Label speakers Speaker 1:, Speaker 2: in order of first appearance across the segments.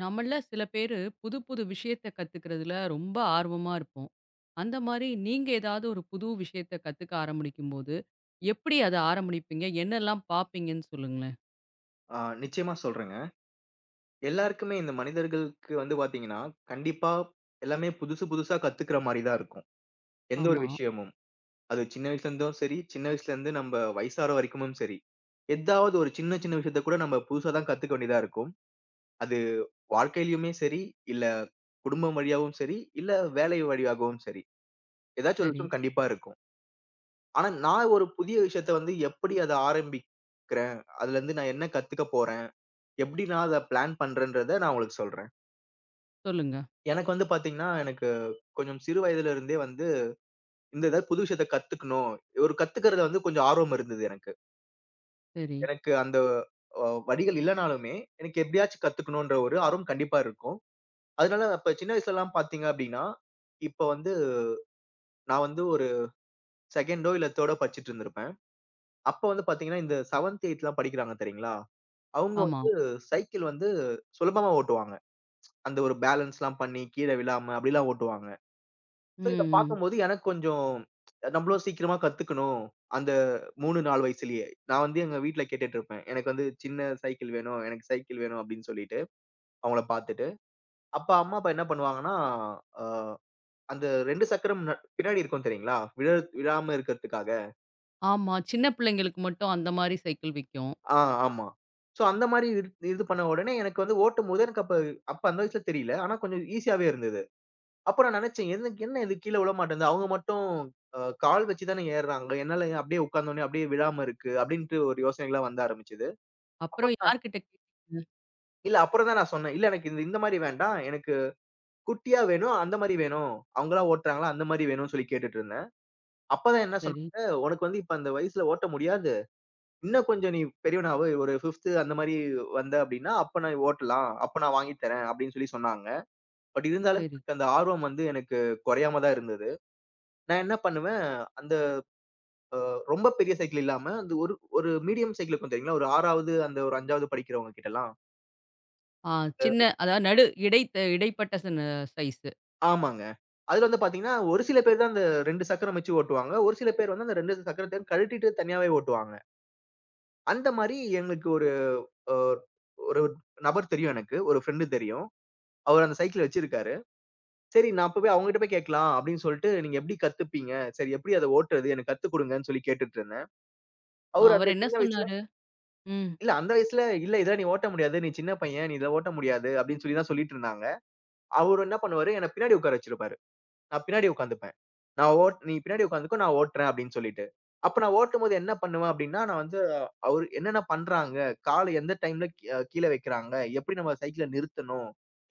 Speaker 1: நம்மள சில பேரு புது புது விஷயத்த கத்துக்கிறதுல ரொம்ப ஆர்வமா இருப்போம். அந்த மாரி நீங்க ஏதாவது ஒரு புது விஷயத்த கத்துக்க ஆரம்பிக்கும்போது, எப்படி அத ஆரம்பிப்பீங்க? என்னெல்லாம் பார்ப்பீங்கன்னு சொல்லுங்களேன்?
Speaker 2: ஆ நிச்சயமா சொல்றேங்க. எல்லாருக்குமே இந்த மனிதர்களுக்கு வந்து பாத்தீங்கன்னா, கண்டிப்பா எல்லாமே புதுசு புதுசா கத்துக்கிற மாரி தான் இருக்கும். எந்த ஒரு
Speaker 1: ஆமா.
Speaker 2: விஷயமும். அது சின்ன வயசுல இருந்தும் சரி, சின்ன வயசுல இருந்து நம்ம வயசாற வரைக்குமும் சரி. ஏதாவது ஒரு சின்ன சின்ன விஷயத்த கூட நம்ம புதுசா தான் கத்துக்க வேண்டியதா இருக்கும். அது வாழ்க்கையிலயுமே சரி, இல்ல குடும்பம் வழியாவும் சரி, இல்ல வேலை வழியாகவும் சரி. ஏதாச்சும் ஒரு
Speaker 1: சரி.
Speaker 2: விஷயம் கண்டிப்பா இருக்கும். ஆனா நான் ஒரு புதிய விஷயத்த வந்து எப்படி அத ஆரம்பிக்கிறேன், அதுலருந்து நான் என்ன கத்துக்க போறேன், எப்படி நான் அத பிளான் பண்றேன்றத நான் உங்களுக்கு சொல்றேன்.
Speaker 1: சொல்லுங்க.
Speaker 2: எனக்கு வந்து பாத்தீங்கன்னா, எனக்கு கொஞ்சம் சிறு வயதில இருந்தே வந்து, இந்த ஏதாவது புது விஷயத்த கத்துக்கணும். ஒரு கத்துக்கிறதுல வந்து கொஞ்சம் ஆர்வம் இருந்தது எனக்கு.
Speaker 1: சரி.
Speaker 2: எனக்கு அந்த வழிகள் இல்லனாலுமே, எனக்கு எப்படியாச்சும் கத்துக்கணுன்ற ஒரு ஆர்வம் கண்டிப்பா இருக்கும். அதனால அப்ப சின்ன வயசுலலாம் பாத்தீங்க அப்படின்னா, இப்ப வந்து நான் வந்து ஒரு 2ஓ இல்ல 3ஓ படிச்சுட்டு இருந்திருப்பேன். அப்ப வந்து பாத்தீங்கன்னா, இந்த 7த், 8த்லாம் படிக்கிறாங்க தெரியுங்களா? அவங்க
Speaker 1: ஆமா.
Speaker 2: வந்து சைக்கிள் வந்து சுலபமா ஓட்டுவாங்க. அந்த ஒரு பேலன்ஸ்லாம் பண்ணி, கீழ விழாம அப்படிலாம் ஓட்டுவாங்க.
Speaker 1: ம்,
Speaker 2: சோ, இத
Speaker 1: ம்.
Speaker 2: பார்க்கும்போது எனக்கு கொஞ்சம் நம்மளும் சீக்கிரமா கத்துக்கணும். அந்த 3, 4 வயசுலயே. நான் வந்து எங்க வீட்ல கேட்டுட்டு இருப்பேன். எனக்கு வந்து சின்ன சைக்கிள் வேணும். எனக்கு சைக்கிள் வேணும் அப்படின்னு சொல்லிட்டு, அவங்கள பார்த்துட்டு. அப்ப அம்மா, அப்பா என்ன பண்ணுவாங்கன்னா, அ அந்த 2 சக்கரம் பின்னாடி இருக்கும் தெரியுங்களா? விழாம இருக்கிறதுக்காக.
Speaker 1: ஆமா. சின்ன பிள்ளைங்களுக்கு மட்டும் அந்த மாரி சைக்கிள் விக்கும்.
Speaker 2: ஆ, ஆமா. சோ, அந்த மாரி இது இது பண்ண உடனே எனக்கு வந்து ஓட்டும்போது எனக்கு அப்ப அப்ப அந்த வயசுல தெரியல. ஆனா கொஞ்சம் ஈஸியாவே இருந்தது. அப்ப நான் நினைச்சேன், எனக்கு என்ன இது கீழ விழமாட்டேன்து. அவங்க மட்டும் கால் வச்சு தானே ஏறுறாங்க. என்னால ஏன் அப்படியே உட்கார்ந்தோனே அப்படியே விழாம இருக்கு அப்படின்ட்டு ஒரு யோசனைகள்லாம் வந்த ஆரம்பிச்சது.
Speaker 1: அப்புறம்
Speaker 2: அப்புறம் தான்
Speaker 1: யார்கிட்ட கேட்டீங்க?
Speaker 2: அப்புறம் தான் நான் சொன்னேன். இல்ல எனக்கு இந்த இந்த மாரி வேண்டாம். எனக்கு குட்டியா வேணும். அந்த மாரி வேணும். அவங்களா ஓட்டுறாங்களா அந்த மாரி வேணும்னு சொல்லி கேட்டுட்டு இருந்தேன். அப்பதான் என்ன
Speaker 1: சரி,
Speaker 2: சொன்னாங்க, "உனக்கு வந்து இப்ப அந்த வயசுல ஓட்ட முடியாது. இன்னும் கொஞ்சம் நீ பெரியவனாவு ஒரு 5த் அந்த மாரி வந்த அப்படின்னா, அப்ப நான் ஓட்டலாம். அப்ப நான் வாங்கி தரேன்" அப்படின்னு சொல்லி சொன்னாங்க. பட் இருந்தாலும்
Speaker 1: சரி.
Speaker 2: எனக்கு அந்த ஆர்வம் வந்து எனக்கு குறையாம தான் இருந்தது. நான் என்ன பண்ணுவேன், அந்த அ ரொம்ப பெரிய சைக்கிள் இல்லாம, அந்த ஒரு ஒரு மீடியம் சைக்கிள் இருக்கும் தெரியுங்களா? ஒரு 6வது அந்த ஒரு 5வது படிக்கிறவங்க கிட்டலாம்.
Speaker 1: ஆ, சின்ன, அதாவது நடு இடைப்பட்ட சின்ன சைஸு.
Speaker 2: ஆமாங்க. அதுல வந்து பாத்தீங்கன்னா, ஒரு சில பேர் தான் அந்த 2 சக்கரம் வச்சு ஓட்டுவாங்க. ஒரு சில பேர் வந்து அந்த 2 சக்கரத்தையும் கழட்டிட்டு தனியாவே ஓட்டுவாங்க. அந்த மாரி எங்களுக்கு ஒரு அ ஒரு நபர் தெரியும் எனக்கு. ஒரு ஃப்ரெண்ட் தெரியும். அவர் அந்த சைக்கிள் வச்சிருக்காரு. சரி நான் போய் அவங்ககிட்ட போய் கேட்கலாம் அப்படின்னு சொல்லிட்டு, நீங்க எப்படி கத்துப்பீங்க? சரி எப்படி அத ஓட்டுறது? எனக்கு கத்து குடுங்கன்னு சொல்லி கேட்டுட்டு இருந்தேன். அவரு அந்த
Speaker 1: அவரு என்ன
Speaker 2: சின்ன வயசுல
Speaker 1: சொன்னாரு? ம்.
Speaker 2: இல்ல அந்த வயசுல, "இல்ல இதெல்லாம் நீ ஓட்ட முடியாது. நீ சின்ன பையன். நீ இதெல்லாம் ஓட்ட முடியாது" அப்படின்னு சொல்லி தான் சொல்லிட்டு இருந்தாங்க. அவரு என்ன பண்ணுவாரு, என்ன பின்னாடி உட்கார வச்சிருப்பாரு. நான் பின்னாடி உட்கார்ந்துப்பேன். நான் ஓட் "நீ பின்னாடி உட்கார்ந்துக்கோ, நான் ஓட்டுறேன்" அப்படின்னு சொல்லிட்டு. அப்ப நான் ஓட்டும்போது என்ன பண்ணுவேன் அப்படின்னா, நான் வந்து அவரு என்னென்ன பண்றாங்க, கால எந்த டைம்ல கீ அ கீழ வைக்கிறாங்க, எப்படி நம்ம சைக்கிள நிறுத்தணும்,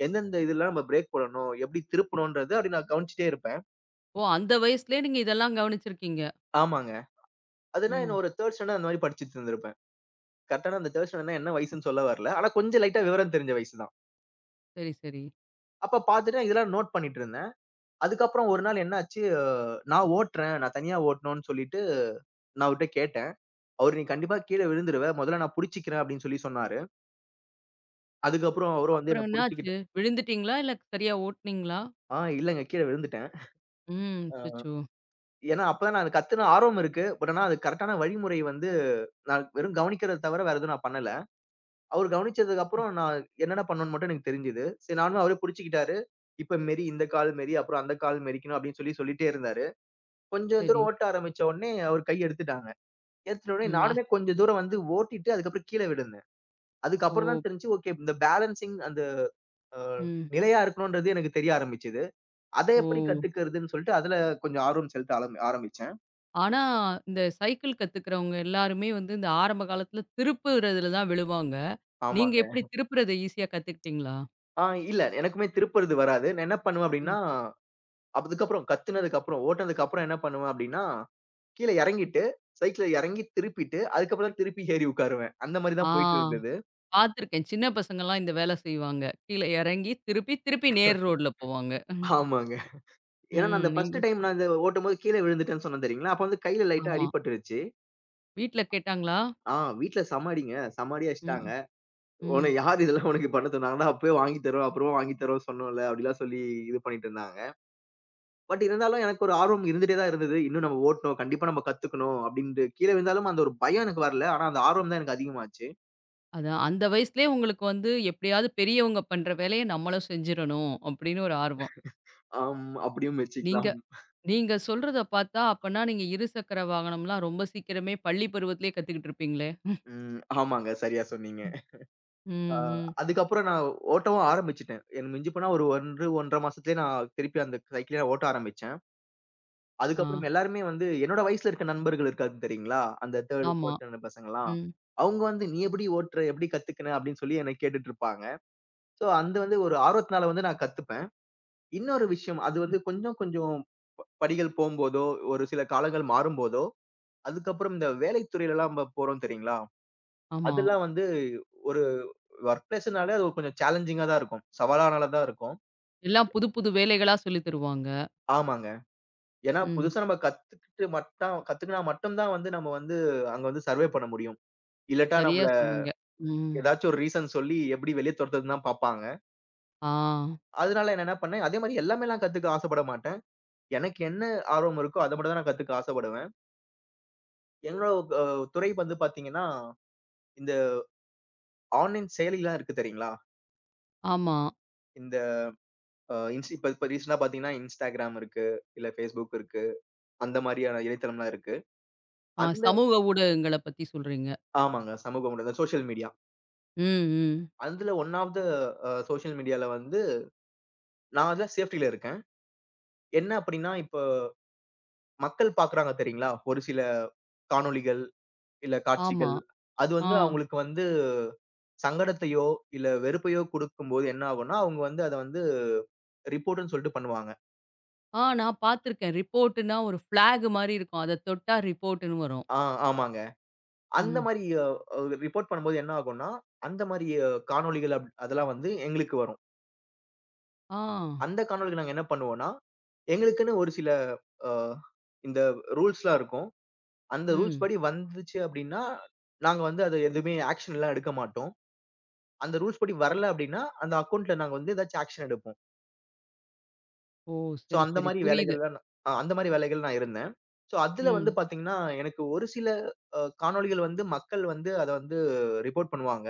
Speaker 2: எந்தெந்த இதுல நம்ம பிரேக் போடணும், எப்படி திருப்பணும்ன்றது அப்படி நான் கவனிச்சுட்டே இருப்பேன்.
Speaker 1: ஓ! அந்த வயசுலயே நீங்க இதெல்லாம் கவனிச்சிருக்கீங்க.
Speaker 2: ஆமாங்க. அதுனா என்ன
Speaker 1: ம்.
Speaker 2: ஒரு 3 ஸ்டாண்டர்ட் அந்த மாரி படிச்சுட்டு இருந்திருப்பேன். கரெக்ட்டான அந்த 3 ஸ்டாண்டர்ட்னா என்ன வயசுன்னு சொல்ல வரல. ஆனா கொஞ்சம் லைட்டா விவரம் தெரிஞ்ச வயசு தான்.
Speaker 1: சரி, சரி.
Speaker 2: அப்ப பார்த்துட்டு இதெல்லாம் நோட் பண்ணிட்டு இருந்தேன். அதுக்கப்புறம் ஒரு நாள் என்னாச்சு நான் ஓட்டுறேன். நான் தனியா ஓட்டணும்னு சொல்லிட்டு, நான் அவர்ட்ட கேட்டேன். அவரு "நீ கண்டிப்பா கீழ விழுந்துருவ. முதல்ல நான் புடிச்சுக்கிறேன்" அப்படின்னு சொல்லி சொன்னாரு. அதுக்கப்புறம் அவரும் வந்து
Speaker 1: அப்புறம்
Speaker 2: என்ன புடிச்சுக்கிட்டு
Speaker 1: என்னாச்சு? விழுந்துட்டீங்களா? இல்ல சரியா ஓட்டுனீங்களா?
Speaker 2: இல்லங்க கீழ விழுந்துட்டேன்.
Speaker 1: ம்.
Speaker 2: அ
Speaker 1: அச்சச்சோ!
Speaker 2: ஏன்னா அப்பதான் நான் கத்துன ஆர்வம் இருக்கு. பட் ஆனா அது கரெக்ட்டான வழிமுறை வந்து நான் வெறும் கவனிக்கிறத தவிர வேற எதுவும் நான் பண்ணல. அவரு கவனிச்சதுக்கு
Speaker 1: ம்.
Speaker 2: அப்புறம் நான் என்னென்ன பண்ணணும்னு மட்டும் எனக்கு தெரிஞ்சது. சரி நானும் அவரே புடிச்சுக்கிட்டாரு. இப்ப மெரி, இந்த கால் மெரி, அப்புறம் அந்த கால் மெரிக்கணும் அப்படின்னு சொல்லி சொல்லிட்டே இருந்தாரு. கொஞ்சம்
Speaker 1: சரி.
Speaker 2: தூரம் ஓட்ட ஆரம்பிச்ச உடனே அவரு கை எடுத்துட்டாங்க. எடுத்துட்ட உடனே
Speaker 1: ம்.
Speaker 2: நானுமே கொஞ்சம் தூரம் வந்து ஓட்டிட்டு அதுக்கப்புறம் கீழ விழுந்தேன். அதுக்கப்புறம்
Speaker 1: ஓ!
Speaker 2: தான் தெரிஞ்சுச்சு, ஓகே இந்த பேலன்சிங் அந்த அ
Speaker 1: ம்.
Speaker 2: நிலையா இருக்கணும்ன்றது எனக்கு தெரிய ஆரம்பிச்சது. அத எப்படி
Speaker 1: ஓ!
Speaker 2: கத்துக்கிறதுன்னு சொல்லிட்டு, அதுல கொஞ்சம் ஆர்வம் செலுத்த ஆரம்பிச்சேன்.
Speaker 1: ஆனா, இந்த சைக்கிள் கத்துக்கிறவங்க எல்லாருமே வந்து இந்த ஆரம்ப காலத்துல திருப்புறதுல தான் விழுவாங்க. நீங்க
Speaker 2: ஆமாங்க.
Speaker 1: எப்படி திருப்புறத ஈஸியா கத்துக்கிட்டீங்களா?
Speaker 2: ஆ இல்ல எனக்குமே திருப்புறது வராது. நான் என்ன பண்ணுவேன்
Speaker 1: ம்.
Speaker 2: அப்படின்னா, கத்துனதுக்கப்புறம், ஓட்டுனதுக்கப்புறம் என்ன பண்ணுவேன் அப்படின்னா, கீழ இறங்கிட்டு, சைக்கிள இறங்கி திருப்பிட்டு, அதுக்கப்புறம் தான் திருப்பி ஏறி உட்காருவேன். அந்த மாரி
Speaker 1: ஆ,
Speaker 2: தான் போயிட்டு இருந்தது.
Speaker 1: பார்த்துருக்கேன். சின்ன பசங்கலாம் இந்த வேல செய்வாங்க. கீழ எறங்கி திருப்பி, திருப்பி நேர் ரோட்ல போவாங்க.
Speaker 2: ஆமாங்க. ஏன்னா நான்
Speaker 1: ம்.
Speaker 2: அந்த ஃபர்ஸ்ட் டைம் நான் இத ஓட்டும்போது கீழ விழுந்துட்டேன்னு சொன்னேன் தெரியுங்களா? அப்ப வந்து கையில லைட்டா
Speaker 1: ஆமா.
Speaker 2: அடிபட்டுருச்சு.
Speaker 1: வீட்ல கேட்டாங்களா?
Speaker 2: ஆ வீட்ல செம அடிங்க. செம அடி
Speaker 1: ம்.
Speaker 2: அடிச்சுட்டாங்க. உன
Speaker 1: ம்.
Speaker 2: யார் இதெல்லாம் உனக்கு பண்ண சொன்னாங்கன்னா, அப்பவே வாங்கி தரோம், அப்புறமா வாங்கி தரோம் சொன்னோம்ல. அப்படிலாம் சொல்லி இது பண்ணிட்டு இருந்தாங்க. பட் இருந்தாலும் எனக்கு ஒரு ஆர்வம் இருந்துட்டே தான் இருந்தது. இன்னும் நம்ம ஓட்டணும். கண்டிப்பா நம்ம கத்துக்கணும் அப்படின்ட்டு கீழ விழுந்தாலும் அந்த ஒரு பயம் எனக்கு வரல. ஆனா அந்த ஆர்வம் தான் எனக்கு அதிகமாச்சு.
Speaker 1: அதான் அந்த வயசுலயே உங்களுக்கு வந்து எப்படியாவது பெரியவங்க பண்ற வேலைய நம்மளும் செஞ்சிரணும் அப்படின்னு ஒரு ஆர்வம்.
Speaker 2: ஆம் அப்படியும்
Speaker 1: நீங்க
Speaker 2: வச்சுக்கலாம்.
Speaker 1: நீங்க சொல்றத பார்த்தா அப்பன்னா நீங்க இருசக்கர வாகனம்லாம் ரொம்ப சீக்கிரமே பள்ளி பருவத்திலேயே கத்துக்கிட்டு இருப்பீங்களே?
Speaker 2: ம். ஆமாங்க. சரியா சொன்னீங்க.
Speaker 1: ம்,
Speaker 2: ஆ
Speaker 1: ம்.
Speaker 2: அதுக்கப்புறம் நான் ஓட்டவும் ஆரம்பிச்சுட்டேன். எனக்கு மிஞ்சி போனா ஒரு 1, 1 1/2 மாசத்துலயே நான் திருப்பி அந்த சைக்கிளே ஓட்ட ஆரம்பிச்சேன்.
Speaker 1: ஆ,
Speaker 2: அதுக்கப்புறம் எல்லாருமே வந்து என்னோட வயசுல இருக்க நண்பர்கள் இருக்காங்க தெரியுங்களா? அந்த 3
Speaker 1: ஆமா.
Speaker 2: 4த் ஸ்டாண்டர்ட் பசங்கலாம்.
Speaker 1: ம்,
Speaker 2: அவங்க வந்து, "நீ எப்படி ஓட்டுற? எப்படி கத்துக்கின?" அப்படின்னு சொல்லி என்ன கேட்டுட்டு இருப்பாங்க. சோ, அந்த வந்து ஒரு ஆர்வத்தினால வந்து நான் கத்துப்பேன். இன்னொரு விஷயம் அது வந்து கொஞ்சம் கொஞ்சம் படிகள் போம்போதோ, ஒரு சில காலங்கள் மாறும்போதோ, அதுக்கப்புறம் இந்த வேலைத் துறையிலலாம் நம்ம போறோம் தெரியுங்களா?
Speaker 1: ஆமா.
Speaker 2: அதெல்லாம் வந்து ஒரு வொர்க் பிளேஸ்னாலே அது கொஞ்சம் சேலஞ்சிங்கா தான் இருக்கும். சவாலானதா தான் இருக்கும்.
Speaker 1: எல்லாம் புது புது வேலைகளா சொல்லி தருவாங்க.
Speaker 2: ஆமாங்க. ஏன்னா
Speaker 1: ம்.
Speaker 2: புதுசா நம்ம கத்துக்கிட்டு மட்டும் கத்துக்கினா மட்டும் தான் வந்து நம்ம வந்து அங்க வந்து சர்வே பண்ண முடியும். இல்லாட்டா
Speaker 1: சரியா
Speaker 2: நம்மள
Speaker 1: சொன்னீங்க. ம்.
Speaker 2: ஏதாச்சும் ஒரு ரீசன் சொல்லி எப்படி வெளிய துரத்துறதுன்னு தான் பாப்பாங்க.
Speaker 1: ஆ,
Speaker 2: அதனால நான் என்ன பண்ணேன், அதே மாரி எல்லாமே நான் கத்துக்க ஆசைப்பட மாட்டேன். எனக்கு என்ன ஆர்வம் இருக்கோ அத மட்டும் தான் நான் கத்துக்க ஆசைப்படுவேன். என்னோட அ துறை வந்து பாத்தீங்கன்னா, இந்த ஆன்லைன் செயலிலாம் இருக்கு தெரியுங்களா?
Speaker 1: ஆமா.
Speaker 2: இந்த அ இன்ஸ் இப்ப இப்ப ரீசென்ட்டா பாத்தீங்கன்னா, Instagram இருக்கு, இல்ல Facebook இருக்கு. அந்த மாரியான இணையதளம்லாம் இருக்கு.
Speaker 1: ஆ,
Speaker 2: அந்த
Speaker 1: சமூக ஊடகங்கள பத்தி சொல்றீங்க.
Speaker 2: ஆமாங்க. சமூக ஊடகம், சோசியல் மீடியா.
Speaker 1: ம், ம்.
Speaker 2: அதுல one of the uh social மீடியால வந்து நான் அதுல சேஃப்டில இருக்கேன். என்ன அப்படின்னா, இப்ப மக்கள் பாக்குறாங்க தெரியுங்களா? ஒரு சில காணொளிகள் இல்ல
Speaker 1: ஆமா.
Speaker 2: காட்சிகள். அது
Speaker 1: ஆ.
Speaker 2: வந்து அவங்களுக்கு வந்து சங்கடத்தையோ, இல்ல வெறுப்பையோ குடுக்கும்போது என்ன ஆகும்னா, அவங்க வந்து அத வந்து ரிப்போர்ட்ன்னு சொல்லிட்டு பண்ணுவாங்க.
Speaker 1: ஆ, நான் பார்த்துருக்கேன். ரிப்போர்ட்ன்னா ஒரு ஃபிளாக் மாரி இருக்கும். அத தொட்டா ரிப்போர்ட்ன்னு வரும்.
Speaker 2: ஆ ஆமாங்க. அந்த
Speaker 1: ம்.
Speaker 2: மாரி ரிப்போர்ட் பண்ணும்போது என்ன ஆகும்னா, அந்த மாரி காணொளிகள் அதெல்லாம் வந்து எங்களுக்கு வரும்.
Speaker 1: ஆ.
Speaker 2: அந்த காணொளிகள் நாங்க என்ன பண்ணுவோம்னா, எங்களுக்குன்னு ஒரு சில அ இந்த ரூல்ஸ்லாம் இருக்கும். அந்த ரூல்ஸ்
Speaker 1: ம்.
Speaker 2: படி வந்துச்சு அப்டின்னா, நாங்க வந்து அத எதுவுமே ஆக்ஷன்லாம் எடுக்க மாட்டோம். அந்த ரூல்ஸ் படி வரல அப்டின்னா, அந்த அக்கவுண்ட்ல நாங்க வந்து ஏதாச்சும் ஆக்ஷன் எடுப்போம்.
Speaker 1: ஓ!
Speaker 2: சோ
Speaker 1: சரி,
Speaker 2: அந்த
Speaker 1: சரி.
Speaker 2: மாரி
Speaker 1: புரியுது.
Speaker 2: வேலைகள்ல நான் அ அந்த மாரி வேலைகள் நான் இருந்தேன். சோ அதுல வந்து
Speaker 1: ம்.
Speaker 2: பாத்தீங்கன்னா, எனக்கு ஒரு சில காணொளிகள் வந்து மக்கள் வந்து அத வந்து ரிப்போர்ட் பண்ணுவாங்க.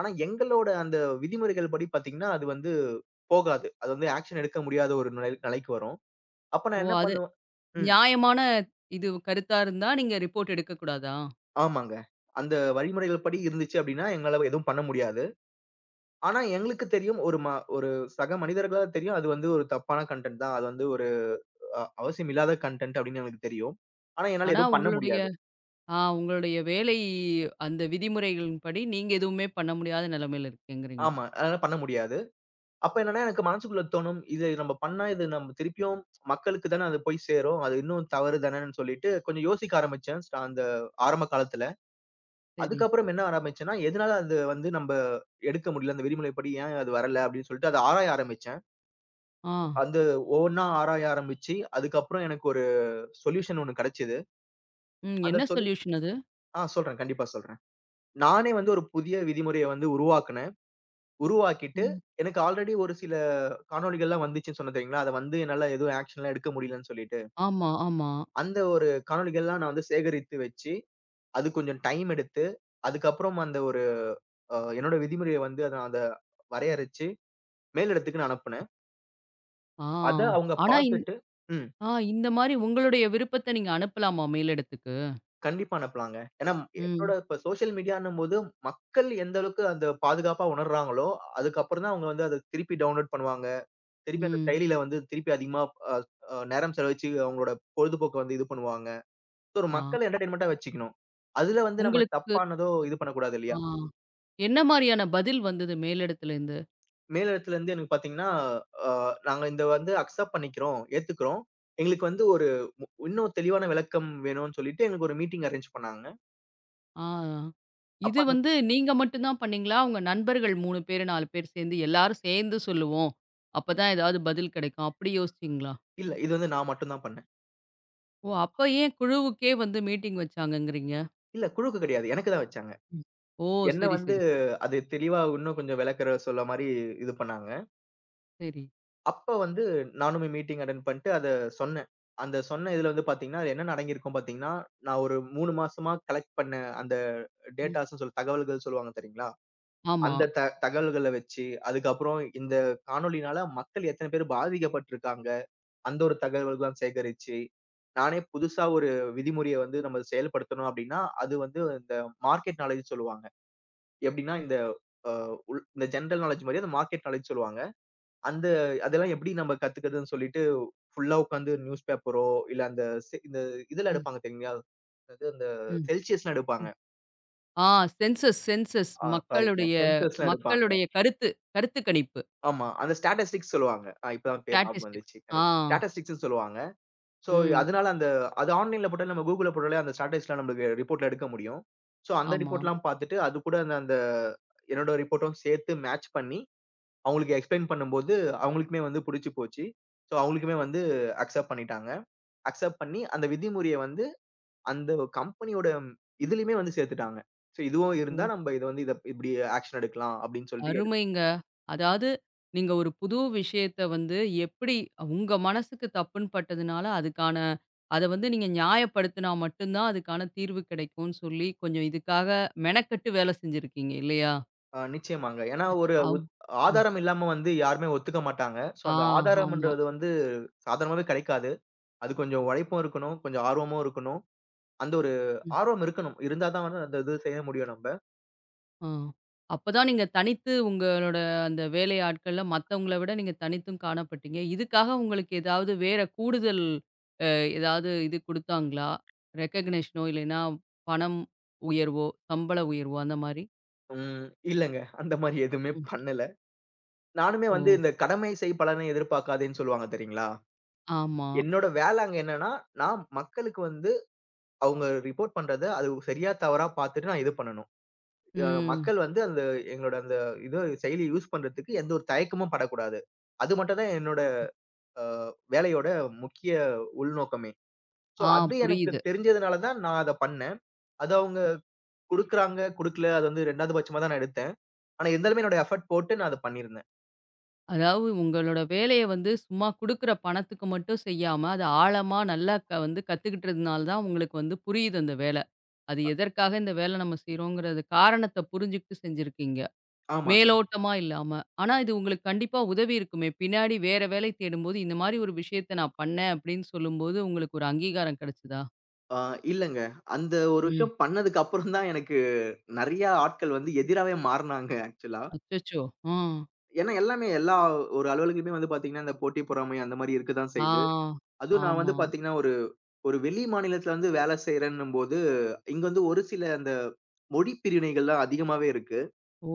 Speaker 2: ஆனா எங்களோட அந்த விதிமுறைகள் படி பாத்தீங்கன்னா, அது வந்து போகாது. அது வந்து ஆக்ஷன் எடுக்க முடியாத ஒரு நிலைக்கு வரும். அப்ப
Speaker 1: ஓ!
Speaker 2: நான் என்ன
Speaker 1: அது
Speaker 2: பண்ணுவேன். ம்.
Speaker 1: நியாயமான இது கருத்தா இருந்தா நீங்க ரிப்போர்ட் எடுக்கக்கூடாதா?
Speaker 2: ஆமாங்க. அந்த வழிமுறைகள் படி இருந்துச்சு அப்டின்னா, எங்களால எதுவும் பண்ண முடியாது. ஆனா எங்களுக்கு தெரியும் ஒரு சக மனிதர்களா தெரியும் அது வந்து ஒரு தப்பான கன்டென்ட் தான். அது வந்து ஒரு அவசியம் இல்லாத கன்டென்ட் அப்டின்னு எனக்கு தெரியும். ஆனா என்னால
Speaker 1: ஆனா
Speaker 2: எதுவும் பண்ண
Speaker 1: உங்களுடைய
Speaker 2: முடியாது.
Speaker 1: ஆ உங்களுடைய வேலை அந்த விதிமுறைகளின்படி நீங்க எதுவுமே பண்ண முடியாத நிலைமையில இருக்கேங்கிறீங்க.
Speaker 2: ஆமா. அதெல்லாம் பண்ண முடியாது. அப்ப என்னன்னா எனக்கு மனசுக்குள்ள தோணும், இது நம்ம பண்ணா இது நம்ம திருப்பியும் மக்களுக்கு தான அது போய் சேரும். அது இன்னும் தவறு தானேன்னு சொல்லிட்டு கொஞ்சம் யோசிக்க ஆரம்பிச்சேன். அந்த ஆரம்ப காலத்துல.
Speaker 1: சரி.
Speaker 2: அதுக்கப்புறம் என்ன ஆரம்பிச்சேன்னா, எதனால அது வந்து நம்ப எடுக்க முடியல. அந்த விதிமுறைப்படி ஏன் அது வரல அப்படின்னு சொல்லிட்டு அத ஆராய ஆரம்பிச்சேன்.
Speaker 1: ஆ.
Speaker 2: அது ஒவ்வொன்னா ஆராய ஆரம்பிச்சு, அதுக்கப்புறம் எனக்கு ஒரு சொல்யூஷன் ஒண்ணு கிடைச்சது.
Speaker 1: ம்.
Speaker 2: அந்த
Speaker 1: என்ன
Speaker 2: சொல்
Speaker 1: சொல்யூஷன் அது?
Speaker 2: ஆ சொல்றேன். கண்டிப்பா சொல்றேன். நானே வந்து ஒரு புதிய விதிமுறைய வந்து உருவாக்குனேன். உருவாக்கிட்டு
Speaker 1: ம்.
Speaker 2: எனக்கு ஆல்ரெடி ஒரு சில காணொளிகள்லாம் வந்துச்சுன்னு சொன்னேன் தெரியுங்களா? அத வந்து என்னால எதுவும் ஆக்ஷன்லாம் எடுக்க முடியலன்னு சொல்லிட்டு.
Speaker 1: ஆமா, ஆமா.
Speaker 2: அந்த ஒரு காணொளிகள்லாம் நான் வந்து சேகரித்து வச்சு, அது கொஞ்சம் டைம் எடுத்து, அதுக்கப்புறம் அந்த ஒரு என்னோட விதிமுறைய வந்து அத அத வரையறச்சு, மேலிடத்துக்கு நான் அனுப்புனேன்.
Speaker 1: ஆ.
Speaker 2: அத அவங்க
Speaker 1: ஆனா
Speaker 2: பார்த்துட்டு. ம்.
Speaker 1: இந்த மாரி உங்களுடைய விருப்பத்த நீங்க அனுப்பலாமா மேலிடத்துக்கு?
Speaker 2: கண்டிப்பா அனுப்பலாங்க. ஏன்னா என்னோட
Speaker 1: ம்.
Speaker 2: இப்ப சோசியல் மீடியான்னும் போது, மக்கள் எந்த அளவுக்கு அந்த பாதுகாப்பா உணர்றாங்களோ, அதுக்கப்புறம் தான் அவங்க வந்து அத திருப்பி டவுன்லோட் பண்ணுவாங்க. திருப்பி அந்த
Speaker 1: ம்.
Speaker 2: செயலில வந்து திருப்பி அதிகமா அ அ நேரம் செலவழிச்சு அவங்களோட பொழுதுபோக்க வந்து இது பண்ணுவாங்க. So, ஒரு
Speaker 1: ஆ.
Speaker 2: மக்கள் என்டர்டெயின்மென்ட்டா வச்சுக்கணும். அதுல வந்து நம்ம கண்டிப்பா.
Speaker 1: உங்களுக்கு
Speaker 2: தப்பானதோ இது பண்ணக்கூடாது
Speaker 1: ஆ
Speaker 2: இல்லையா?
Speaker 1: என்ன மாரியான பதில் வந்தது மேலிடத்துலருந்து?
Speaker 2: மேலிடத்துல இருந்து எனக்கு பார்த்தீங்கன்னா, அ நாங்க இந்த வந்து அக்செப்ட் பண்ணிக்கிறோம், ஏத்துக்கிறோம். எங்களுக்கு வந்து ஒரு இன்னும் தெளிவான விளக்கம் வேணும்னு சொல்லிட்டு எங்களுக்கு ஒரு மீட்டிங் அரேஞ்ச் பண்ணாங்க.
Speaker 1: ஆ.
Speaker 2: அப்ப
Speaker 1: இது
Speaker 2: அந்த
Speaker 1: வந்து நீங்க மட்டும் தான் பண்ணீங்களா? உங்க நண்பர்கள் 3 பேரு, 4 பேர் சேர்ந்து எல்லாரும் சேர்ந்து சொல்லுவோம். அப்பதான் ஏதாவது பதில் கிடைக்கும். அப்படி யோசிச்சீங்களா?
Speaker 2: இல்ல இது வந்து நான் மட்டும் தான் பண்ணேன்.
Speaker 1: ஓ! அப்ப ஏன் குழுவுக்கே வந்து மீட்டிங் வச்சாங்கங்கிறீங்க?
Speaker 2: இல்ல குழுக்கு கிடையாது. எனக்கு தான் வச்சாங்க.
Speaker 1: ம். ஓ!
Speaker 2: என்ன
Speaker 1: சரி,
Speaker 2: வந்து
Speaker 1: சரி, சரி,
Speaker 2: அது தெளிவா இன்னும் கொஞ்சம் விளக்கற சொல்ல மாரி இது பண்ணாங்க.
Speaker 1: சரி.
Speaker 2: அப்ப வந்து நானுமே மீட்டிங் அட்டெண்ட் பண்ணிட்டு அத சொன்னேன். அந்த சொன்ன இதுல வந்து பாத்தீங்கன்னா, அது என்னென்ன அடங்கியிருக்கும் பாத்தீங்கன்னா, நான் ஒரு 3 மாசமா கலெக்ட் பண்ண அந்த
Speaker 1: ம்.
Speaker 2: டேட்டாஸ்ன்னு சொல்லி தகவல்கள் சொல்லுவாங்க தெரியுங்களா?
Speaker 1: ஆமா.
Speaker 2: அந்த த தகவல்கள வச்சு, அதுக்கப்புறம் இந்த காணொளினால மக்கள் எத்தனை பேர் பாதிக்கப்பட்டுருக்காங்க, அந்த ஒரு தகவல்கள்லாம் சேகரிச்சு, நானே புதுசா ஒரு விதிமுறைய வந்து நம்ம செயல்படுத்தணும் அப்டின்னா, அது வந்து இந்த மார்க்கெட் நாலேட்ஜ்ன்னு சொல்லுவாங்க. எப்டின்னா
Speaker 1: ம்,
Speaker 2: இந்த அ உள் இந்த ஜெனரல் நாலேட்ஜ் மாரி அந்த மார்க்கெட் நாலேட்ஜ் சொல்லுவாங்க. அந்த அதெல்லாம் எப்படி நம்ம கத்துக்கிறதுன்னு சொல்லிட்டு, ஃபுல்லா உட்காந்து நியூஸ் பேப்பரோ, இல்ல அந்த செ இந்த இதெல்லாம்
Speaker 1: ம்,
Speaker 2: எடுப்பாங்க தெரியுங்களா? அது அந்த
Speaker 1: ம்,
Speaker 2: செல்சியஸ்லாம் எடுப்பாங்க.
Speaker 1: ம். ஆ, சென்சஸ் சென்சஸ்
Speaker 2: ஆ சாரிங்க.
Speaker 1: மக்களுடைய
Speaker 2: சென்சஸ்லாம் எடுப்பாங்க.
Speaker 1: மக்களுடைய கருத்து கருத்து கணிப்பு.
Speaker 2: ஆமா. அந்த ஸ்டாட்டிஸ்டிக்ஸ் சொல்லுவாங்க. ஆ இப்பதான் பேர் ஞாபகம்
Speaker 1: ஸ்டாட்டிஸ்டிக்ஸ்.
Speaker 2: வந்துச்சு.
Speaker 1: ஆ.
Speaker 2: கரெக்ட். ஸ்டாட்டிஸ்டிக்ஸ்ன்னு சொல்லுவாங்க. சோ,
Speaker 1: ம்.
Speaker 2: அதனால அந்த அது ஆன்லைன்ல போட்டாலே நம்ம Googleல போட்டாலே அந்த ஸ்டாட்டிஸ்டிக்ஸ்லாம் நம்மளுக்கு ரிப்போர்ட்ல எடுக்க முடியும். சோ, அந்த
Speaker 1: ஆமா.
Speaker 2: ரிப்போர்ட்லாம் பார்த்துட்டு, அது கூட அந்த அந்த என்னோட ரிப்போர்ட்டும் சேர்த்து மேட்ச் பண்ணி, அவங்களுக்கு எக்ஸ்ப்ளைன் பண்ணும்போது, அவங்களுக்குமே வந்து புடிச்சு போச்சு. சோ, அவங்களுக்குமே வந்து அக்செப்ட் பண்ணிட்டாங்க. அக்செப்ட் பண்ணி, அந்த விதிமுறைய வந்து அந்த கம்பெனியோட இதுலயுமே வந்து சேர்த்துட்டாங்க. சோ இதுவும் இருந்தா
Speaker 1: ஓ!
Speaker 2: நம்ப இத இப்படி ஆக்ஷன் எடுக்கலாம் அப்படின்னு சொல்லிட்டு எடுத்
Speaker 1: அருமைங்க. அதாவது நீங்க ஒரு புது விஷயத்த வந்து எப்படி உங்க மனசுக்கு தப்புன்னு பட்டதுனால, அதுக்கான அத வந்து நீங்க நியாயப்படுத்தினா மட்டும் தான் அதுக்கான தீர்வு கிடைக்கும்னு சொல்லி, கொஞ்சம் இதுக்காக மெனக்கெட்டு வேலை செஞ்சிருக்கீங்க இல்லையா?
Speaker 2: அ நிச்சயமாங்க. ஏன்னா ஒரு
Speaker 1: அவ் ம்.
Speaker 2: ஆதாரம் இல்லாம வந்து யாருமே ஒத்துக்க மாட்டாங்க. சோ
Speaker 1: ஆ,
Speaker 2: அந்த
Speaker 1: ஆமா.
Speaker 2: ஆதாரம்ன்றது வந்து சாதாரணமாவே கிடைக்காது. அது கொஞ்சம் உழைப்பும் இருக்கணும், கொஞ்சம் ஆர்வமும் இருக்கணும். அந்த ஒரு
Speaker 1: ம்.
Speaker 2: ஆர்வம் இருக்கணும். இருந்தா தான் வந்து அந்த இது செய்ய முடியும் நம்ப.
Speaker 1: ஆ. அப்பதான் நீங்க தனித்து உங்களோட அந்த வேலை ஆட்கள்ல மத்தவங்கள விட நீங்க தனித்தும் காணப்பட்டீங்க. இதுக்காக உங்களுக்கு ஏதாவது வேற கூடுதல் அ ஏதாவது இது குடுத்தாங்களா? ரெகக்னிஷனோ இல்லைன்னா பணம் உயர்வோ, சம்பள உயர்வோ அந்த மாரி?
Speaker 2: ம் இல்லங்க. அந்த மாரி எதுவுமே
Speaker 1: ம்.
Speaker 2: பண்ணல. நானுமே
Speaker 1: ஓ!
Speaker 2: வந்து இந்த கடமை செய் பலனை எதிர்பார்க்காதேன்னு சொல்லுவாங்க தெரியுங்களா?
Speaker 1: ஆமா.
Speaker 2: என்னோட வேலை அங்க என்னன்னா, நான் மக்களுக்கு வந்து அவங்க ரிப்போர்ட் பண்றத அது சரியா, தவறா பாத்துட்டு நான் இது பண்ணணும்.
Speaker 1: ம்.
Speaker 2: மக்கள் வந்து அந்த எங்களோட அந்த இது செயலிய யூஸ் பண்றதுக்கு எந்த ஒரு தயக்கமும் படக்கூடாது. அது மட்டும் தான் என்னோட அ வேலையோட முக்கிய உள்நோக்கமே. சோ,
Speaker 1: ஆ,
Speaker 2: அது எனக்கு
Speaker 1: புரியுது.
Speaker 2: தெரிஞ்சதுனால தான் நான் அத பண்ணேன். அது அவங்க குடுக்குறாங்க, குடுக்கல அது வந்து 2வது பட்சமா தான் நான் எடுத்தேன். ஆனா, இருந்தாலுமே என்னோட எஃபோர்ட் போட்டு நான் அத பண்ணியிருந்தேன்.
Speaker 1: அதாவது உங்களோட வேலைய வந்து சும்மா குடுக்குற பணத்துக்கு மட்டும் செய்யாம, அத ஆழமா நல்லா க வந்து கத்துக்கிட்டதுனால தான் உங்களுக்கு வந்து புரியுது அந்த வேல. அது எதற்காக இந்த வேல நம்ம செய்றோங்கிறது காரணத்த புரிஞ்சுகிட்டு செஞ்சிருக்கீங்க.
Speaker 2: ஆமாங்க.
Speaker 1: மேலோட்டமா இல்லாம. ஆனா இது உங்களுக்கு கண்டிப்பா உதவி இருக்குமே! பின்னாடி வேற வேலை தேடும்போது, இந்த மாரி ஒரு விஷயத்த நான் பண்ணேன் அப்படின்னு சொல்லும்போது, உங்களுக்கு ஒரு அங்கீகாரம் கிடைச்சதா?
Speaker 2: ஆ இல்லங்க. அந்த ஒரு
Speaker 1: ம்.
Speaker 2: விஷயம் பண்ணதுக்கு அப்புறம் தான் எனக்கு நெறைய ஆட்கள் வந்து எதிராவே மாறுனாங்க ஆக்சுவலா.
Speaker 1: அச்சச்சோ! ஆ.
Speaker 2: ஏன்னா எல்லாமே எல்லா ஒரு அலுவலகமே வந்து பாத்தீங்கன்னா, இந்த போட்டி பொறாமை அந்த மாரி இருக்க தான்
Speaker 1: ஆ.
Speaker 2: செய்யுது. அதுவும் நான்
Speaker 1: ஆமா.
Speaker 2: வந்து பாத்தீங்கன்னா, ஒரு ஒரு வெளி மாநிலத்துல வந்து வேலை செய்றேன்னும்போது, இங்க வந்து ஒரு சில அந்த மொழி பிரிவினைகள்லாம் அதிகமாவே இருக்கு.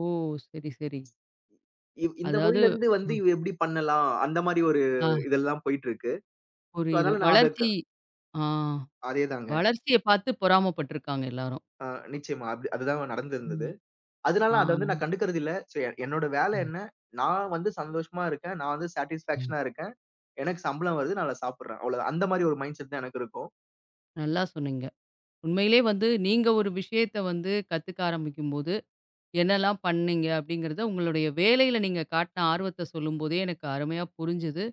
Speaker 1: ஓ! சரி, சரி.
Speaker 2: இந்த
Speaker 1: அதாவது
Speaker 2: மொழியிலருந்து வந்து
Speaker 1: அ
Speaker 2: இவ எப்படி பண்ணலாம்? அந்த மாரி ஒரு
Speaker 1: ஆ,
Speaker 2: இதெல்லாம் போயிட்டுருக்கு. ஸோ,
Speaker 1: புரியுது.
Speaker 2: அதனால நான் அதற்கு
Speaker 1: வளர்ச்சி. ஆ.
Speaker 2: அதேதாங்க.
Speaker 1: வளர்ச்சிய பார்த்து பொறாமப்பட்டுருக்காங்க எல்லாரும்.
Speaker 2: அ நிச்சயமா. அப்படி அதுதான் நடந்திருந்தது.
Speaker 1: ம்.
Speaker 2: அதனால
Speaker 1: ஆ.
Speaker 2: அத வந்து நான் கண்டுக்கறது இல்ல. சோ, என்னோட வேலை
Speaker 1: ம்,
Speaker 2: என்ன? நான் வந்து சந்தோஷமா இருக்கேன். நான் வந்து
Speaker 1: ம்.
Speaker 2: சாட்டிஸ்ஃபேக்ஷனா இருக்கேன். எனக்கு சம்பளம் வருது. நான் அத சாப்பிடுறேன். அவ்வளவுதான். அந்த மாரி ஒரு மைண்ட் செட் தான் எனக்கு இருக்கும்.
Speaker 1: நல்லா சொன்னீங்க. உண்மையிலே வந்து நீங்க ஒரு விஷயத்த வந்து கத்துக்க ஆரம்பிக்கும்போது, என்னலாம் பண்ணீங்க அப்படிங்கிறத உங்களுடைய வேலையில நீங்க காட்டின ஆர்வத்த சொல்லும்போதே எனக்கு அருமையா புரிஞ்சுது.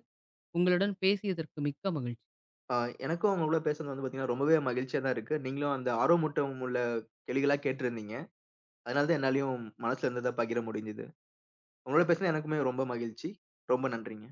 Speaker 1: உங்களுடன் பேசியதற்கு மிக்க மகிழ்ச்சி.
Speaker 2: ஆ எனக்கும் உங்க கூட பேசுனது வந்து பார்த்தீங்கன்னா, ரொம்பவே மகிழ்ச்சியா தான் இருக்கு. நீங்களும் அந்த ஆர்வமூட்டம் உள்ள கேள்விகளா கேட்டிருந்தீங்க. அதனால தான் என்னாலயும் மனசுல இருந்தத பகிர முடிஞ்சது. உங்களோட பேசினது எனக்குமே ரொம்ப மகிழ்ச்சி. ரொம்ப நன்றிங்க.